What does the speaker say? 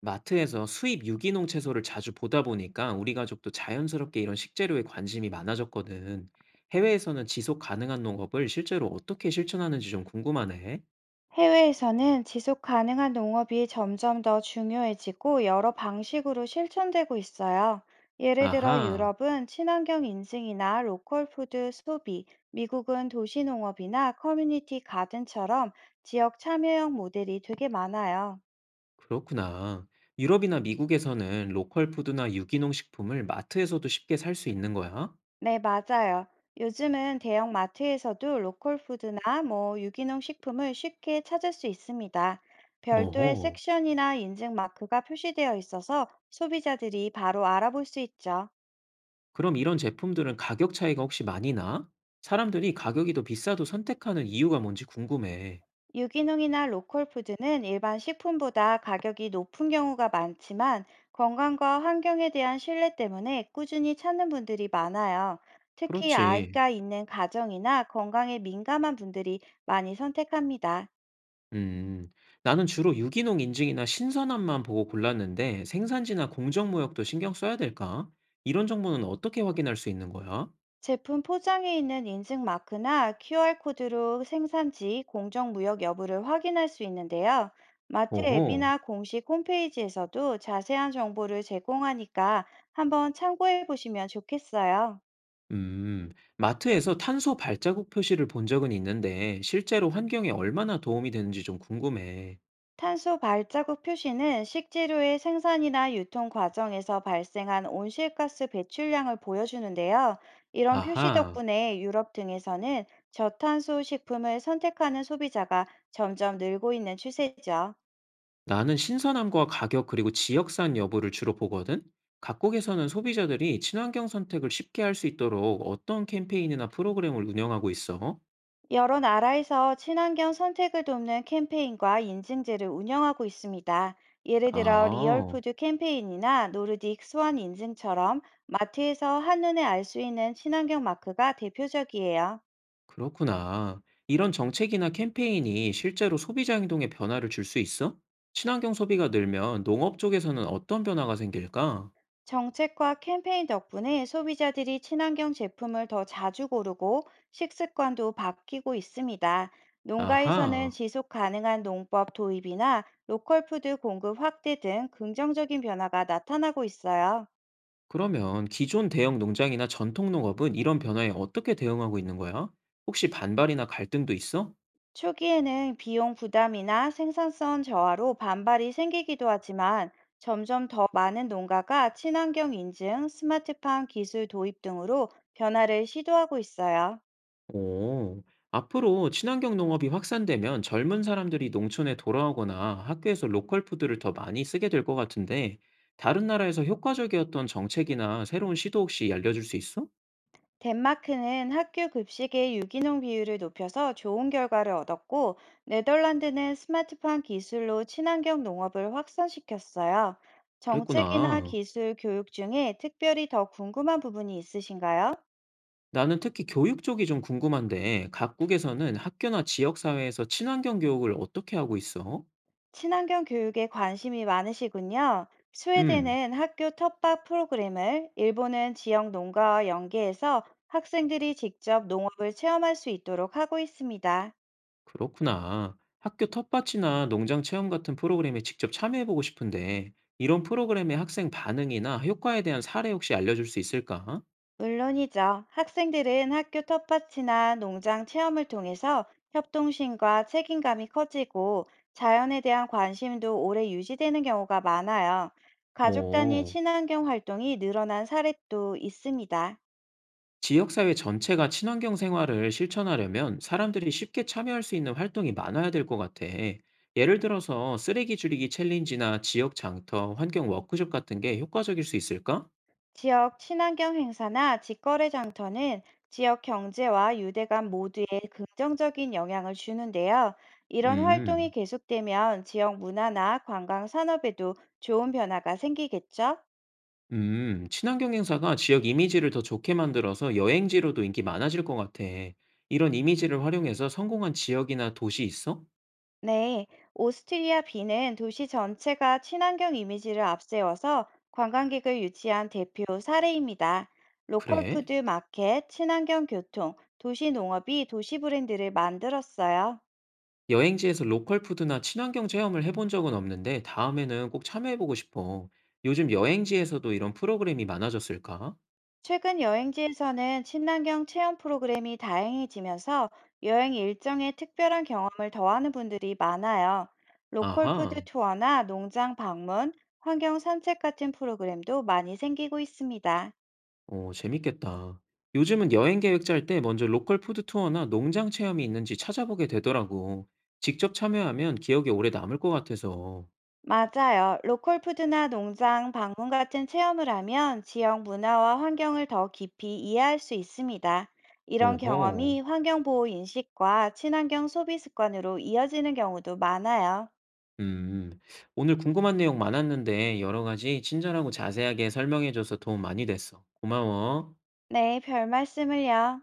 마트에서 수입 유기농 채소를 자주 보다 보니까 우리 가족도 자연스럽게 이런 식재료에 관심이 많아졌거든. 해외에서는 지속 가능한 농업을 실제로 어떻게 실천하는지 좀 궁금하네. 해외에서는 지속 가능한 농업이 점점 더 중요해지고 여러 방식으로 실천되고 있어요. 예를 들어 아하, 유럽은 친환경 인증이나 로컬 푸드 소비, 미국은 도시 농업이나 커뮤니티 가든처럼 지역 참여형 모델이 되게 많아요. 그렇구나. 유럽이나 미국에서는 로컬 푸드나 유기농 식품을 마트에서도 쉽게 살 수 있는 거야? 네, 맞아요. 요즘은 대형 마트에서도 로컬 푸드나 유기농 식품을 쉽게 찾을 수 있습니다. 별도의 어허. 섹션이나 인증 마크가 표시되어 있어서 소비자들이 바로 알아볼 수 있죠. 그럼 이런 제품들은 가격 차이가 혹시 많이 나? 사람들이 가격이 더 비싸도 선택하는 이유가 뭔지 궁금해. 유기농이나 로컬 푸드는 일반 식품보다 가격이 높은 경우가 많지만, 건강과 환경에 대한 신뢰 때문에 꾸준히 찾는 분들이 많아요. 특히 그렇지. 아이가 있는 가정이나 건강에 민감한 분들이 많이 선택합니다. 음. 나는 주로 유기농 인증이나 신선함만 보고 골랐는데 생산지나 공정 무역도 신경 써야 될까? 이런 정보는 어떻게 확인할 수 있는 거야? 제품 포장에 있는 인증 마크나 QR코드로 생산지, 공정무역 여부를 확인할 수 있는데요. 마트 오호. 앱이나 공식 홈페이지에서도 자세한 정보를 제공하니까 한번 참고해 보시면 좋겠어요. 음. 마트에서 탄소 발자국 표시를 본 적은 있는데 실제로 환경에 얼마나 도움이 되는지 좀 궁금해. 탄소 발자국 표시는 식재료의 생산이나 유통 과정에서 발생한 온실가스 배출량을 보여주는데요. 이런 표시 아하. 덕분에 유럽 등에서는 저탄소 식품을 선택하는 소비자가 점점 늘고 있는 추세죠. 나는 신선함과 가격 그리고 지역산 여부를 주로 보거든. 각국에서는 소비자들이 친환경 선택을 쉽게 할 수 있도록 어떤 캠페인이나 프로그램을 운영하고 있어? 여러 나라에서 친환경 선택을 돕는 캠페인과 인증제를 운영하고 있습니다. 예를 들어 아. 리얼푸드 캠페인이나 노르딕 스완 인증처럼 마트에서 한눈에 알 수 있는 친환경 마크가 대표적이에요. 그렇구나. 이런 정책이나 캠페인이 실제로 소비자 행동에 변화를 줄 수 있어? 친환경 소비가 늘면 농업 쪽에서는 어떤 변화가 생길까? 정책과 캠페인 덕분에 소비자들이 친환경 제품을 더 자주 고르고 식습관도 바뀌고 있습니다. 농가에서는 아하. 지속 가능한 농법 도입이나 로컬 푸드 공급 확대 등 긍정적인 변화가 나타나고 있어요. 그러면 기존 대형 농장이나 전통 농업은 이런 변화에 어떻게 대응하고 있는 거야? 혹시 반발이나 갈등도 있어? 초기에는 비용 부담이나 생산성 저하로 반발이 생기기도 하지만, 점점 더 많은 농가가 친환경 인증, 스마트팜 기술 도입 등으로 변화를 시도하고 있어요. 오. 앞으로 친환경 농업이 확산되면 젊은 사람들이 농촌에 돌아오거나 학교에서 로컬 푸드를 더 많이 쓰게 될 것 같은데, 다른 나라에서 효과적이었던 정책이나 새로운 시도 혹시 알려줄 수 있어? 덴마크는 학교 급식의 유기농 비율을 높여서 좋은 결과를 얻었고, 네덜란드는 스마트팜 기술로 친환경 농업을 확산시켰어요. 정책이나 그랬구나. 기술 교육 중에 특별히 더 궁금한 부분이 있으신가요? 나는 특히 교육 쪽이 좀 궁금한데, 각국에서는 학교나 지역사회에서 친환경 교육을 어떻게 하고 있어? 친환경 교육에 관심이 많으시군요. 음, 스웨덴은 학교 텃밭 프로그램을, 일본은 지역 농가와 연계해서 학생들이 직접 농업을 체험할 수 있도록 하고 있습니다. 그렇구나. 학교 텃밭이나 농장 체험 같은 프로그램에 직접 참여해보고 싶은데, 이런 프로그램의 학생 반응이나 효과에 대한 사례 혹시 알려줄 수 있을까? 물론이죠. 학생들은 학교 텃밭이나 농장 체험을 통해서 협동심과 책임감이 커지고, 자연에 대한 관심도 오래 유지되는 경우가 많아요. 가족 단위 오. 친환경 활동이 늘어난 사례도 있습니다. 지역사회 전체가 친환경 생활을 실천하려면 사람들이 쉽게 참여할 수 있는 활동이 많아야 될 것 같아. 예를 들어서 쓰레기 줄이기 챌린지나 지역 장터, 환경 워크숍 같은 게 효과적일 수 있을까? 지역 친환경 행사나 직거래 장터는 지역 경제와 유대감 모두에 긍정적인 영향을 주는데요. 이런 활동이 음, 계속되면 지역 문화나 관광 산업에도 좋은 변화가 생기겠죠? 음, 친환경 행사가 지역 이미지를 더 좋게 만들어서 여행지로도 인기 많아질 것 같아. 이런 이미지를 활용해서 성공한 지역이나 도시 있어? 네, 오스트리아 비는 도시 전체가 친환경 이미지를 앞세워서 관광객을 유치한 대표 사례입니다. 로컬 그래? 푸드 마켓, 친환경 교통, 도시 농업이 도시 브랜드를 만들었어요. 여행지에서 로컬 푸드나 친환경 체험을 해본 적은 없는데 다음에는 꼭 참여해보고 싶어. 요즘 여행지에서도 이런 프로그램이 많아졌을까? 최근 여행지에서는 친환경 체험 프로그램이 다양해지면서 여행 일정에 특별한 경험을 더하는 분들이 많아요. 로컬 푸드 아하, 투어나 농장 방문, 환경 산책 같은 프로그램도 많이 생기고 있습니다. 오 재밌겠다. 요즘은 여행 계획 짤 때 먼저 로컬 푸드 투어나 농장 체험이 있는지 찾아보게 되더라고. 직접 참여하면 기억에 오래 남을 것 같아서. 맞아요. 로컬 푸드나 농장 방문 같은 체험을 하면 지역 문화와 환경을 더 깊이 이해할 수 있습니다. 이런 오호, 경험이 환경 보호 인식과 친환경 소비 습관으로 이어지는 경우도 많아요. 음. 오늘 궁금한 내용 많았는데 여러 가지 친절하고 자세하게 설명해줘서 도움 많이 됐어. 고마워. 네, 별 말씀을요.